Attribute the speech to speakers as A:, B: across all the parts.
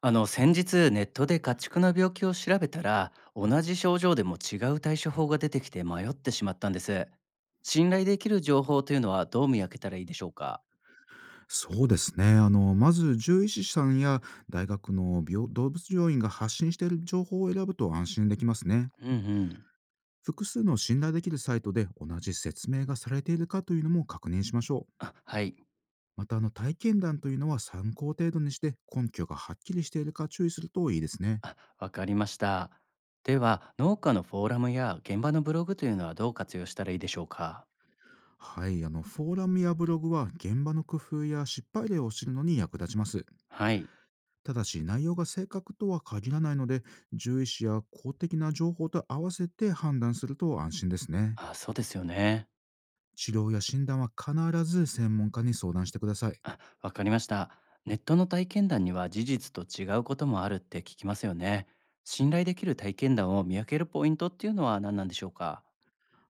A: あの、先日ネットで家畜の病気を調べたら、同じ症状でも違う対処法が出てきて迷ってしまったんです。信頼できる情報というのはどう見分けたらいいでしょうか？
B: そうですね。まず獣医師さんや大学の病動物病院が発信している情報を選ぶと安心できますね。
A: うんうん。
B: 複数の信頼できるサイトで同じ説明がされているかというのも確認しましょう。
A: あ、はい。
B: また、体験談というのは参考程度にして根拠がはっきりしているか注意するといいですね。
A: あ、わかりました。では、農家のフォーラムや現場のブログというのはどう活用したらいいでしょうか？
B: はい、フォーラムやブログは現場の工夫や失敗例を知るのに役立ちます。
A: はい。
B: ただし、内容が正確とは限らないので、獣医師や公的な情報と合わせて判断すると安心ですね。
A: あ、そうですよね。
B: 治療や診断は必ず専門家に相談してください。
A: あ、わかりました。ネットの体験談には事実と違うこともあるって聞きますよね。信頼できる体験談を見分けるポイントっていうのは何なんでしょうか？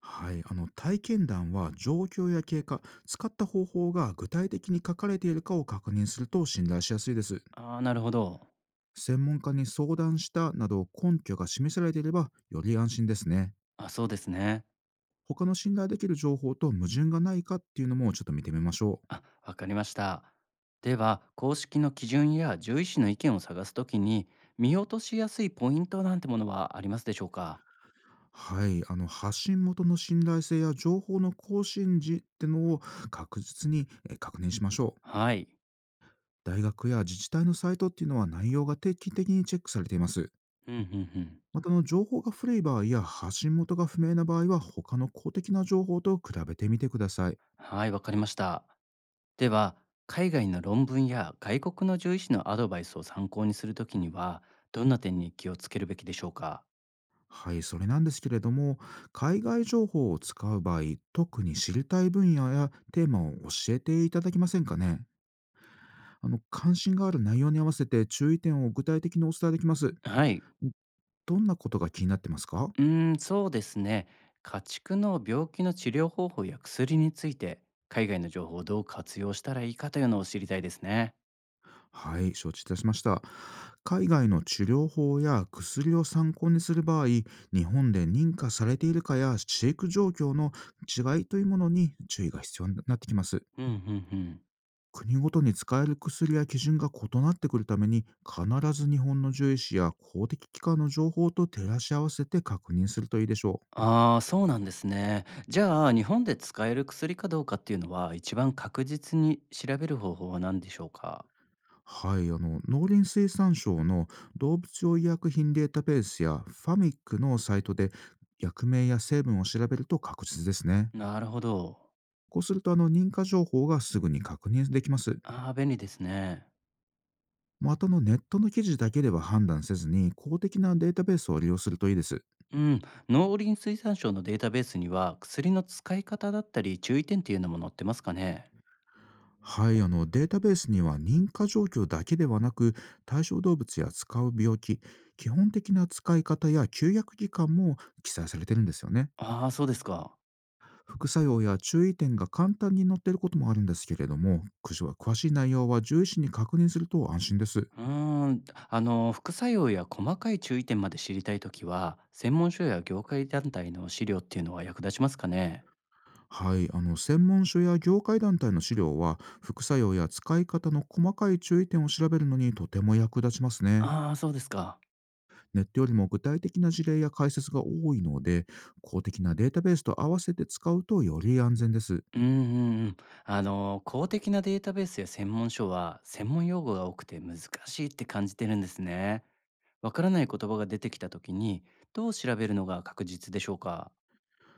B: はい、体験談は状況や経過、使った方法が具体的に書かれているかを確認すると信頼しやすいです。
A: ああ、なるほど。
B: 専門家に相談したなど根拠が示されていれば、より安心ですね。
A: あ、そうですね。
B: 他の信頼できる情報と矛盾がないかっていうのもちょっと見てみましょう。
A: あ、わかりました。では、公式の基準や獣医師の意見を探すときに、見落としやすいポイントなんてものはありますでしょうか？
B: はい、発信元の信頼性や情報の更新時ってのを確実に確認しましょう。
A: はい。
B: 大学や自治体のサイトっていうのは内容が定期的にチェックされています。
A: うんうんうん。
B: また情報が古い場合や発信元が不明な場合は、他の公的な情報と比べてみてください。
A: はい、わかりました。では、海外の論文や外国の獣医師のアドバイスを参考にするときには、どんな点に気をつけるべきでしょうか？
B: はい、それなんですけれども、海外情報を使う場合、特に知りたい分野やテーマを教えていただけませんかね。関心がある内容に合わせて注意点を具体的にお伝えできます。
A: はい。
B: どんなことが気になってますか？
A: うーん、そうですね。家畜の病気の治療方法や薬について、海外の情報をどう活用したらいいかというのを知りたいですね。
B: はい、承知いたしました。海外の治療法や薬を参考にする場合、日本で認可されているかや飼育状況の違いというものに注意が必要になってきます。
A: うんうんうん。
B: 国ごとに使える薬や基準が異なってくるために、必ず日本の獣医師や公的機関の情報と照らし合わせて確認するといいでしょう。
A: ああー、そうなんですね。じゃあ、日本で使える薬かどうかっていうのは、一番確実に調べる方法は何でしょうか？
B: はい、農林水産省の動物用医薬品データベースやファミックのサイトで薬名や成分を調べると確実ですね。
A: なるほど。
B: こうすると認可情報がすぐに確認できます。
A: ああー、便利ですね。
B: またネットの記事だけでは判断せずに、公的なデータベースを利用するといいです。
A: うん、農林水産省のデータベースには薬の使い方だったり注意点っていうのも載ってますかね？
B: はい、データベースには認可状況だけではなく、対象動物や使う病気、基本的な使い方や休薬期間も記載されてるんですよね。
A: ああー、そうですか。
B: 副作用や注意点が簡単に載っていることもあるんですけれども、くじは詳しい内容は獣医師に確認すると安心です。
A: うーん、あの、副作用や細かい注意点まで知りたいときは、専門書や業界団体の資料っていうのは役立ちますかね？
B: はい、専門書や業界団体の資料は副作用や使い方の細かい注意点を調べるのにとても役立ちますね。
A: ああー、そうですか。
B: ネットよりも具体的な事例や解説が多いので、公的なデータベースと合わせて使うとより安全です。
A: うんうんうん。あの、公的なデータベースや専門書は専門用語が多くて難しいって感じてるんですね。わからない言葉が出てきたときに、どう調べるのが確実でしょうか？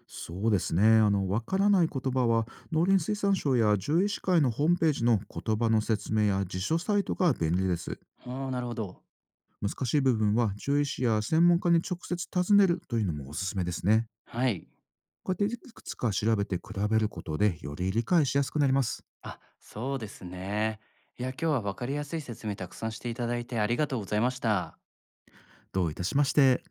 B: そうですね。わからない言葉は、農林水産省や獣医師会のホームページの言葉の説明や辞書サイトが便利です。
A: ああー、なるほど。
B: 難しい部分は獣医師や専門家に直接尋ねるというのもおすすめですね。
A: はい。
B: こうやっていくつか調べて比べることでより理解しやすくなります。
A: あ、そうですね。いや、今日は分かりやすい説明たくさんしていただいてありがとうございました。
B: どういたしまして。